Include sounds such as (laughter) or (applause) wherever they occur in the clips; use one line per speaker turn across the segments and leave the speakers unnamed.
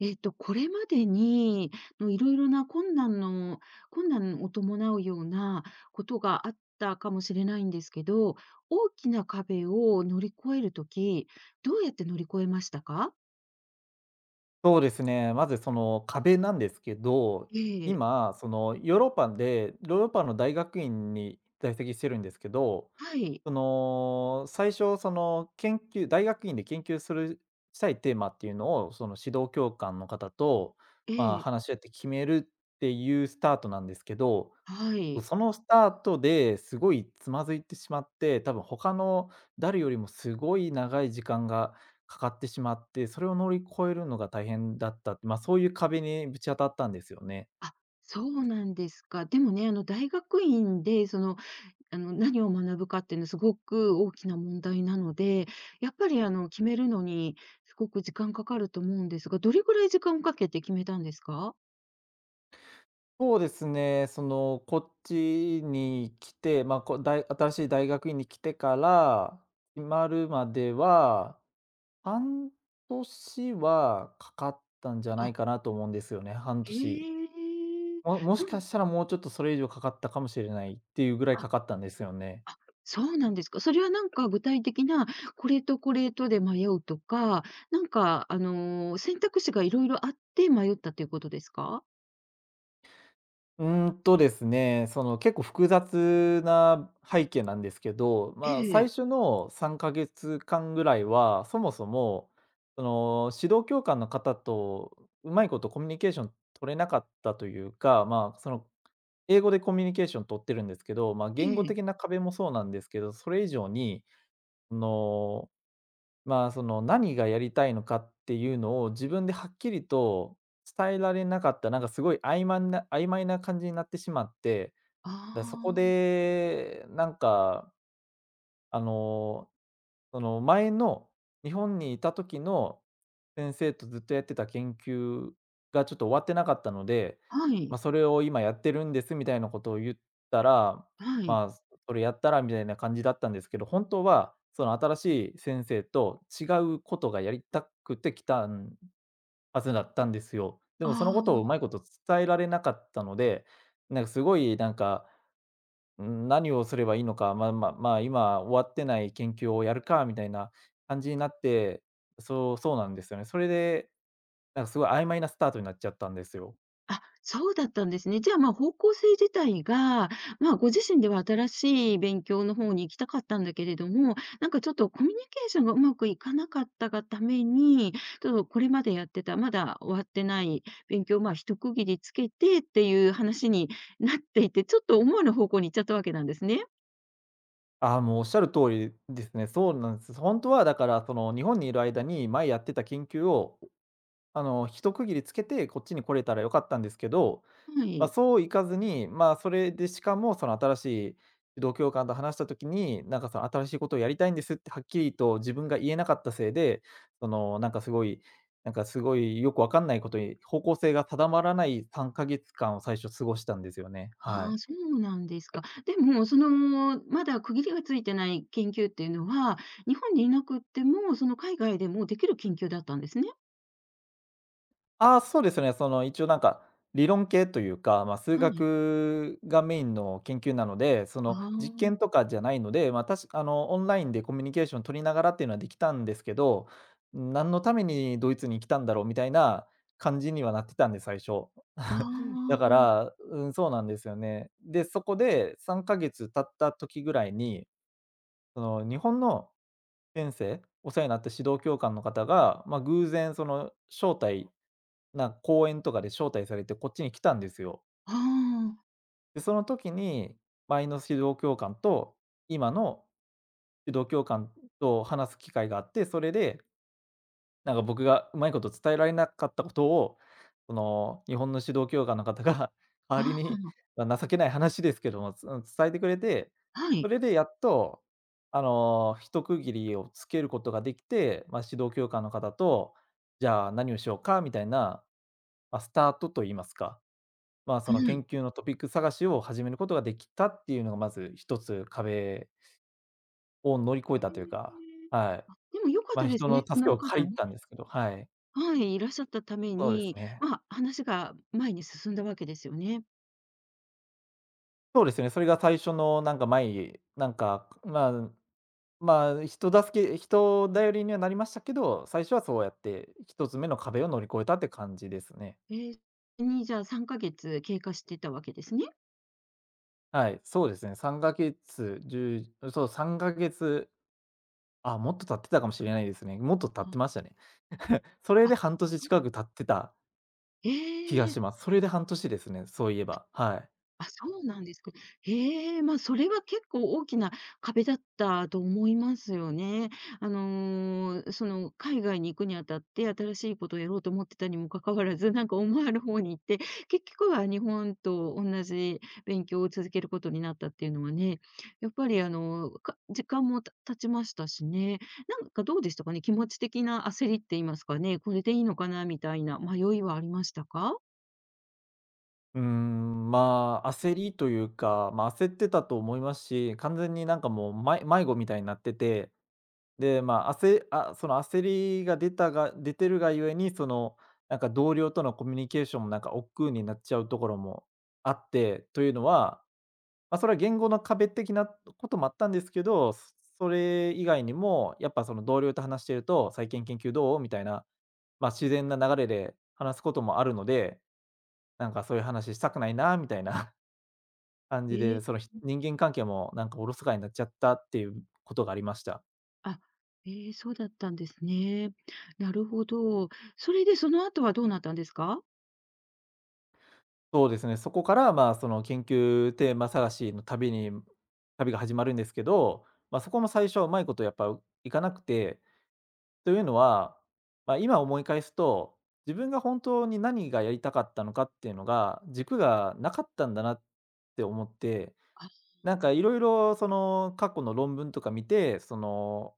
これまでに、いろいろな困難を伴うようなことがあったかもしれないんですけど、大きな壁を乗り越えるときどうやって乗り越えましたか？
そうですね。まずその壁なんですけど、
ええ、
今、そのヨーロッパの大学院に在籍してるんですけど、
はい、
その最初、その研究大学院で研究したいテーマっていうのを、その指導教官の方と、
え
まあ、
え、
話し合って決めるっていうスタートなんですけど、
はい。
そのスタートですごいつまずいてしまって、多分他の誰よりもすごい長い時間がかかってしまって、それを乗り越えるのが大変だったって、まあ、そういう壁にぶち当たったんですよね。
あ、そうなんですか。でもね、大学院で、何を学ぶかっていうのはすごく大きな問題なので、やっぱり決めるのにすごく時間かかると思うんですが、どれぐらい時間をかけて決めたんですか？
そうですね、その、こっちに来て、まあ、こだい新しい大学院に来てから、決まるまでは、半年はかかったんじゃな
あ、
いかなと思うんですよね、半
へ
年。
え。
もも
そ
し
う
かしたらもうちょっとそれ以上かかったかもしれないっていうぐらい
あ、
かかったんですよね。
そうなんですか。それはなんか具体的な、これとこれとで迷うとか、なんか選択肢がいろいろあって迷ったということですか？
うーんとですね、その結構複雑な背景なんですけど、
え
まあ、最
え、
初の3ヶ月間ぐらいは、そもそも、その指導教官の方とうまいことコミュニケーション取れなかったというか、まあ、その英語でコミュニケーション取ってるんですけど、まあ、
え
言語的
え。
な壁もそうなんですけど、それ以上に、のまあ、その何がやりたいのかっていうのを自分ではっきりと伝えられなかった、なんかすごい曖昧な曖昧な感じになってしまって、そこ
あ
でなんかあのその前の日本にいた時の先生とずっとやってた研究がちょっと終わってなかったので、
あ、は
ま
い、
あ、それを今やってるんですみたいなことを言ったら、
はい。
まあ、それやったらみたいな感じだったんですけど、本当はその新しい先生と違うことがやりたくて来たんはずだったんですよ。でもそ
あ
のこと
あ。
をうまいこと伝えられなかったので、なんかすごいなんかうん、何をすればいいのか、まあ、今終わってない研究をやるかみたいな感じになって、そうそうなんですよね。それで、なんかすごい曖昧なスタートになっちゃったんですよ。
あ、そうだったんですね。じゃあ、まあ、方向性自体が、まあ、ご自身では新しい勉強の方に行きたかったんだけれども、なんかちょっとコミュニケーションがうまくいかなかったがために、ちょっとこれまでやってた、まだ終わってない勉強、まあ、一区切りつけてっていう話になっていて、ちょっと思わぬ方向に行っちゃったわけなんですね。
ああ、もうおっしゃる通りですね。そうなんです。本当はだから、その日本にいる間に前やってた研究を、一区切りつけてこっちに来れたら良かったんですけど、
は
まあ、
い。
そういかずに、まあ、それでしかもその新しい指導教官と話した時に、なんかその新しいことをやりたいんですってはっきりと自分が言えなかったせいで、そのなんかすごいよくわかんないことに、方向性が定まらない3か月間を最初過ごしたんですよね。は
あ
い。
あ、そうなんですか。でも、まだ区切りがついてない研究っていうのは、日本にいなくっても、その海外でもできる研究だったんですね。
ああ、そうですね。その一応なんか、理論系というか、まあ、数
はい。
学がメインの研究なので、そ
あ
の実験
あ、
とかじゃないので、まあ、オンラインでコミュニケーション取りながらっていうのはできたんですけど、何のためにドイツに来たんだろうみたいな感じにはなってたんで、最初。
あ
だ
あ、
から、うん、そうなんですよね。で、そこで3か月経った時ぐらいに、その日本の先生、お世話になった指導教官の方が、まあ、偶然その招待な、講演とかで招待されてこっちに来たんですよ。
ああ、
で、その時に、前の指導教官と、今の指導教官と話す機会があって、それで、なんか僕がうまいこと伝えられなかったことを、その、日本の指導教官の方が (laughs) 代わ
あ
りに、
あ、
ま、情けない話ですけども、伝えてくれて、
は
そ
い、
れでやっと、一区切りをつけることができて、まあ、指導教官の方と、じゃあ何をしようかみたいな、まあ、スタートと言いますか、まあ、そ
は
の研
い。
究のトピック探しを始めることができたっていうのがまず一つ壁を乗り越え
え
たというか、
え。
はい。
でも良かっ
ま
た
あ、
で
人
すね、
の
そ
助け
の
を
方
借
ね。
りたんですけど、はい。
はい、いらっしゃったため
そうです
に、
ね。
まあ、話が前に進んだわけですよね。
そうですね、それが最初のなんか前なんか、まあまあ、人助け人頼りにはなりましたけど、最初はそうやって一つ目の壁を乗り越えたって感じですね。
ええ、じゃあ3ヶ月経過してたわけですね。
はい、そうですね、3ヶ月、1そう、3ヶ月、あ、もっと経ってたかもしれないですね。もっと経ってま
あ、
したね。それ
あ、
で半年
そう。
近く経ってた
え
気がし
え。
ます。それで半年ですね、そういえば。はい。
あ、そうなんですか。へえ、まあ、それは結構大きな壁だったと思いますよね。海外に行くにあたって、新しいことをやろうと思ってたにもかかわらず、なんか思わぬ方に行って、結局は日本と同じ勉強を続けることになったっていうのはね、やっぱり時間も経ちましたしね。なんかどうでしたかね、気持ち的な焦りって言いますかね、これでいいのかなみたいな迷いはありましたか？
まあ、焦りというか、まあ、焦ってたと思いますし、完全になんかもう、迷子みたいになってて、で、まあ、その焦りが出てるがゆえに、その、なんか同僚とのコミュニケーションもなんか億劫になっちゃうところもあって、というのは、まあ、それは言語の壁的なこともあったんですけど、それ以外にも、やっぱその同僚と話してると「最近研究どう？」みたいな、まあ、自然な流れで話すこともあるので、なんかそういう話したくないなみたいな (laughs) 感じ
ええ。
で、その、人間関係もなんかおろそかになっちゃったっていうことがありました。
あ、ええ、そうだったんですね。なるほど。それでその後はどうなったんですか？
そうですね、そこから、まあ、その研究テーマ探しの旅が始まるんですけど、まあ、そこも最初はうまいことやっぱいかなくて、というのは、まあ、今思い返すと、自分が本当に何がやりたかったのかっていうのが、軸がなかったんだなって思って、なんかいろいろその過去の論文とか見て、その、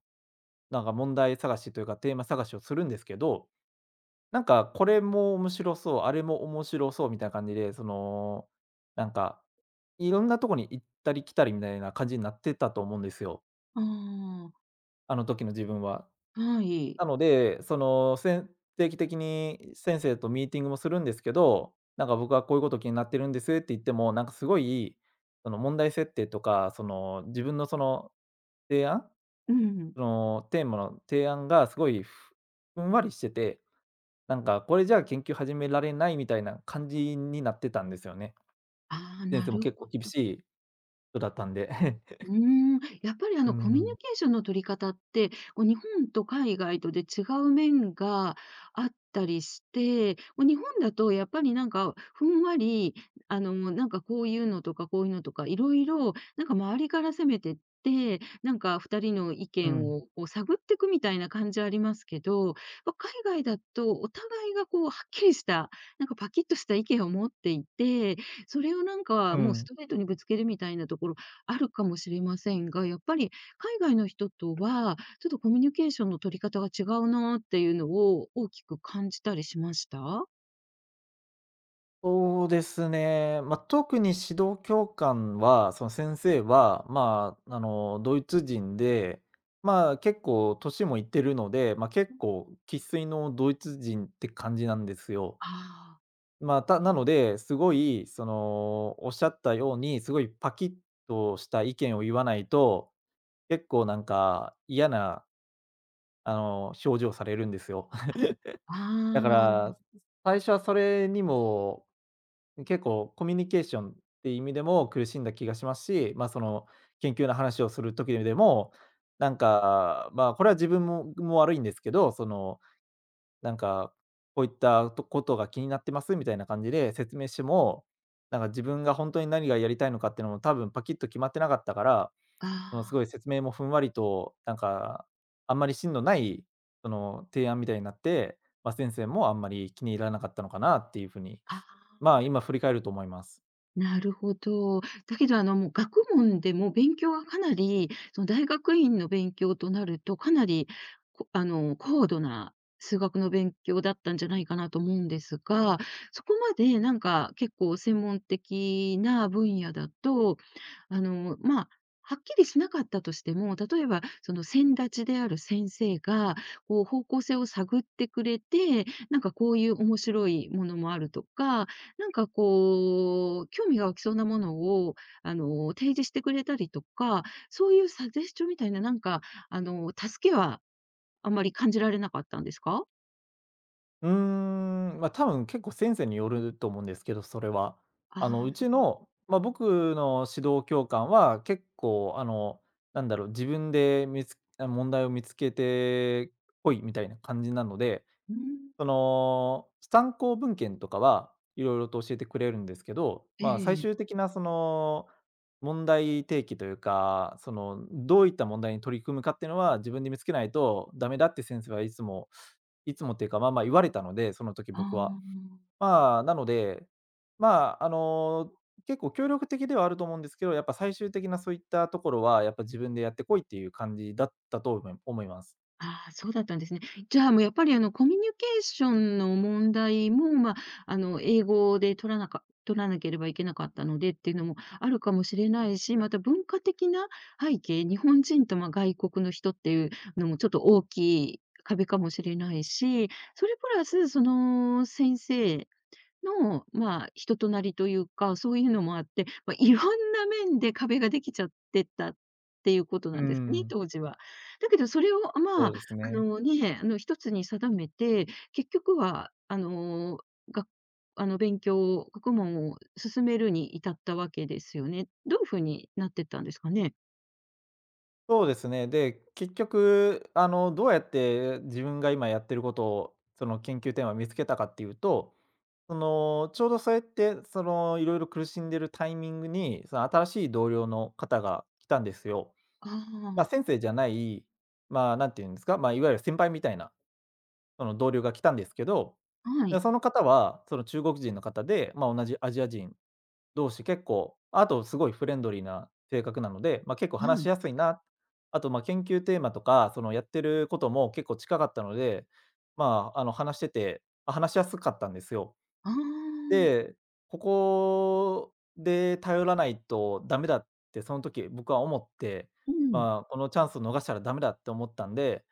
なんか問題探しというかテーマ探しをするんですけど、なんかこれも面白そう、あれも面白そうみたいな感じで、その、なんか、いろんなとこに行ったり来たりみたいな感じになってたと思うんですよ。
ああ。
あの時の自分は。
はい。
なので、その、定期的に先生とミーティングもするんですけど、なんか僕はこういうこと気になってるんですって言っても、なんかすごい、その問題設定とか、その自分のその提案
うん。
そのテーマの提案がすごいふんわりしてて、なんかこれじゃあ研究始められないみたいな感じになってたんですよね。
ああ、
先
な
生も
る
結
ほ
構厳
ど。
しい人だったんで。
う
(laughs)
ーやっぱり
う
コミュニ
ん、
ケーションの取り方って、こう日本と海外とで違う面があったりして、こう日本だとやっぱりなんかふんわり、なんかこういうのとかこういうのとかいろいろ、なんか周りから攻めてって、なんか2人の意
う
見
ん、
をこう探っていくみたいな感じありますけど、ま、海外だとお互いがこうはっきりした、なんかパキッとした意見を持っていて、それをなん
う
かもうス
ん。
トレートにぶつけるみたいなところあるかもしれませんが、やっぱり海外の人とは、ちょっとコミュニケーションの取り方が違うなっていうのを大きく感じたりしました？
そうですね。まあ、特に指導教官は、その先生は、まあ、あの、ドイツ人で、まあ、結構年もいってるので、まあ、結構生粋のドイツ人って感じなんですよ。
ああ。
まあ、たなので、すごい、おっしゃったように、すごいパキッとした意見を言わないと、結構なんか嫌な、表情されるんですよ。(laughs) だか
ああ、
ら、最初はそれにも、結構コミュニケーションっていう意味でも苦しんだ気がしますし、研究の話をする時でも、これは自分も悪いんですけど、なんか、こういったとことが気になってますみたいな感じで説明しても、なんか自分が本当に何がやりたいのかっていうのも多分パキッと決まってなかったから、そのす
あ
ごい
あ、
説明もふんわりと、あんまり芯のない、その提案みたいになって、まあ、先生もあんまり気に入らなかったのかなっていう風に、
あ
ま
あ。
あ、今振り返ると思います。
なるほど。だけど、もう学問でも勉強はかなり、その大学院の勉強となると、かなり、こあの、高度な数学の勉強だったんじゃないかなと思うんですが、そこまでなんか結構専門的な分野だと、まあ、はっきりしなかったとしても、例えば、その先立ちである先生が、こう、方向性を探ってくれて、なんかこういう面白いものもあるとか、なんかこう、興味が湧きそうなものを、提示してくれたりとか、そういうサジェスチョンみたいな、なんか、助けはあんまり感じられなかったんですか？
多分結構先生によると思うんですけど、それは。あの、
あ
う
あ
ちの、ま、僕の指導教官は結構、自分で見つあ、問題を見つけてこいみたいな感じなので、
ー、うん。
その、参考文献とかはいろいろと教えてくれるんですけど、
え
まあ、最
え。
終的なその、問題提起というか、その、どういった問題に取り組むかっていうのは自分で見つけないとダメだって先生はいつもっていうか、まあまあ言われたので、その時
あ
僕は。
あ。
まあ、なので、まあ、あの、結構協力的ではあると思うんですけど、やっぱ最終的なそういったところは、やっぱ自分でやってこいっていう感じだったと思います。
ああ、そうだったんですね。じゃあ、もうやっぱりコミュニケーションの問題も、まあ、英語で取らなければいけなかったのでっていうのもあるかもしれないし、また文化的な背景、日本人と、ま、外国の人っていうのもちょっと大きい壁かもしれないし、それプラスその先生の、まあ、人となりというか、そういうのもあって、まあ、いろんな面で壁ができちゃってたっていうこと
う
なんですかね、
ん、
当時は。だけどそれを、ま
そう
あ、
ですね。
一つに定めて、結局は、あの、があの、勉強、学問を進めるに至ったわけですよね。どういう風になってったんですかね？
そうですね。で、結局、あの、どうやって自分が今やってることを、その研究テーマを見つけたかっていうと、その、ちょうどそうやって、その、いろいろ苦しんでるタイミングに、その新しい同僚の方が来たんですよ。まあ、
あ
先生じゃない、まあ、なんて言うんですか、まあ、いわゆる先輩みたいな、その同僚が来たんですけど、
あ、は
で、
い、
その方は、その中国人の方で、まあ、同じアジア人同士、結構、あとすごいフレンドリーな性格なので、まあ、結構
は
話し
い。
やすいな。あと、ま、研究テーマとか、その、やってることも結構近かったので、話してて、話しやすかったんですよ。
ああ、
で、ここで頼らないとダメだってその時僕は思って、
うん、
まあ、このチャンスを逃したらダメだって思ったんで、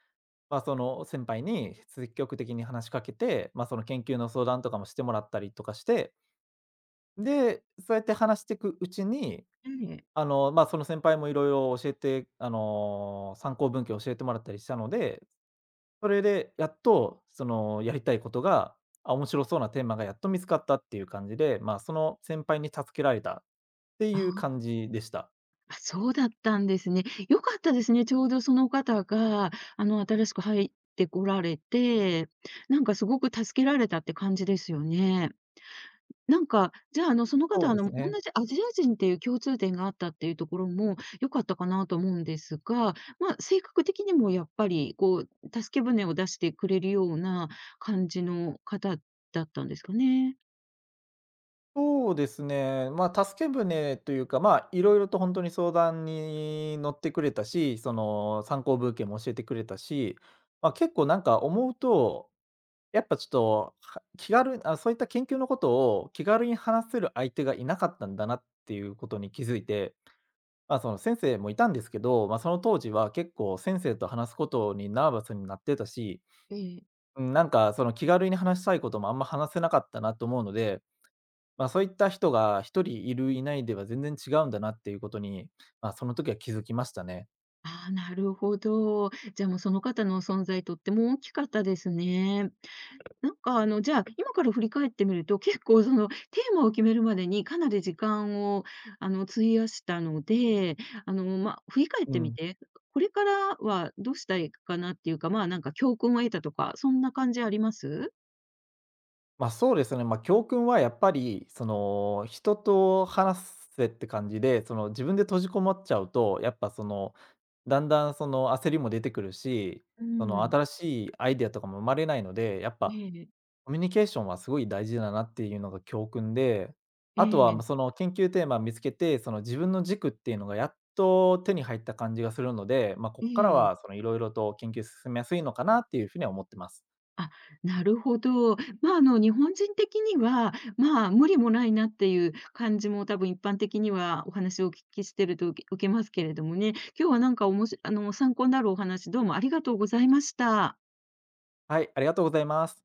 まあ、その、先輩に積極的に話しかけて、まあ、その、研究の相談とかもしてもらったりとかして、で、そうやって話していくうちに
ええ。
まあ、その先輩もいろいろ教えて、あの、参考文献教えてもらったりしたので、それでやっと、その、やりたいことが、あ、面白そうなテーマがやっと見つかったっていう感じで、まあ、その先輩に助けられたっていう
あ
感じでした。
あ、そうだったんですね。良かったですね。ちょうどその方が、新しく入ってこられて、なんかすごく助けられたって感じですよね。なんか、じゃあ、その
そ
方、
うですね。
同じアジア人っていう共通点があったっていうところも良かったかなと思うんですが、まあ、性格的にもやっぱり、こう、助け舟を出してくれるような感じの方だったんですかね？
そうですね、まあ、助け舟というか、ま、といろと本当に相談に乗ってくれたし、その、参考文献も教えてくれたし、まあ、結構なんか思うとやっぱちょっと、は気軽あ、そういった研究のことを気軽に話せる相手がいなかったんだなっていうことに気づいて、まあ、その先生もいたんですけど、まあ、その当時は結構先生と話すことにナーバスになってたし、
ええ。
うん、なんかその気軽に話したいこともあんま話せなかったなと思うので、まあ、そういった人が一人いるいないでは全然違うんだなっていうことに、まあ、その時は気づきましたね。
ああ、なるほど。じゃあ、もうその方の存在とっても大きかったですね。なんかじゃあ、今から振り返ってみると、結構そのテーマを決めるまでにかなり時間を費やしたので、まあ、振り返っ
う
てみ
ん。
て、これからはどうしたいかなっていうか、まあ、なんか教訓を得たとか、そんな感じあります？
ま、そうですね。まあ、教訓はやっぱり、その、人と話せって感じで、その、自分で閉じこもっちゃうと、やっぱ、その、だんだん、その、焦りも出てくるし、
う
その、
ん。
新しいアイデアとかも生まれないので、やっぱ
ええ、
コミュニケーションはすごい大事だなっていうのが教訓で、
え
あとは、
え、
ま、その、研究テーマ見つけて、その、自分の軸っていうのがやっと手に入った感じがするので、まあ、こ
え
こから
え。
は、その、いろと研究進めやすいのかなっていうふうには思ってます。
あ、なるほど。まあ、日本人的には、まあ、無理もないなっていう感じも多分一般的にはお話をお聞きしてると受けますけれどもね。今日はなんかおもしあの、参考になるお話どうもありがとうございました。
はい、ありがとうございます。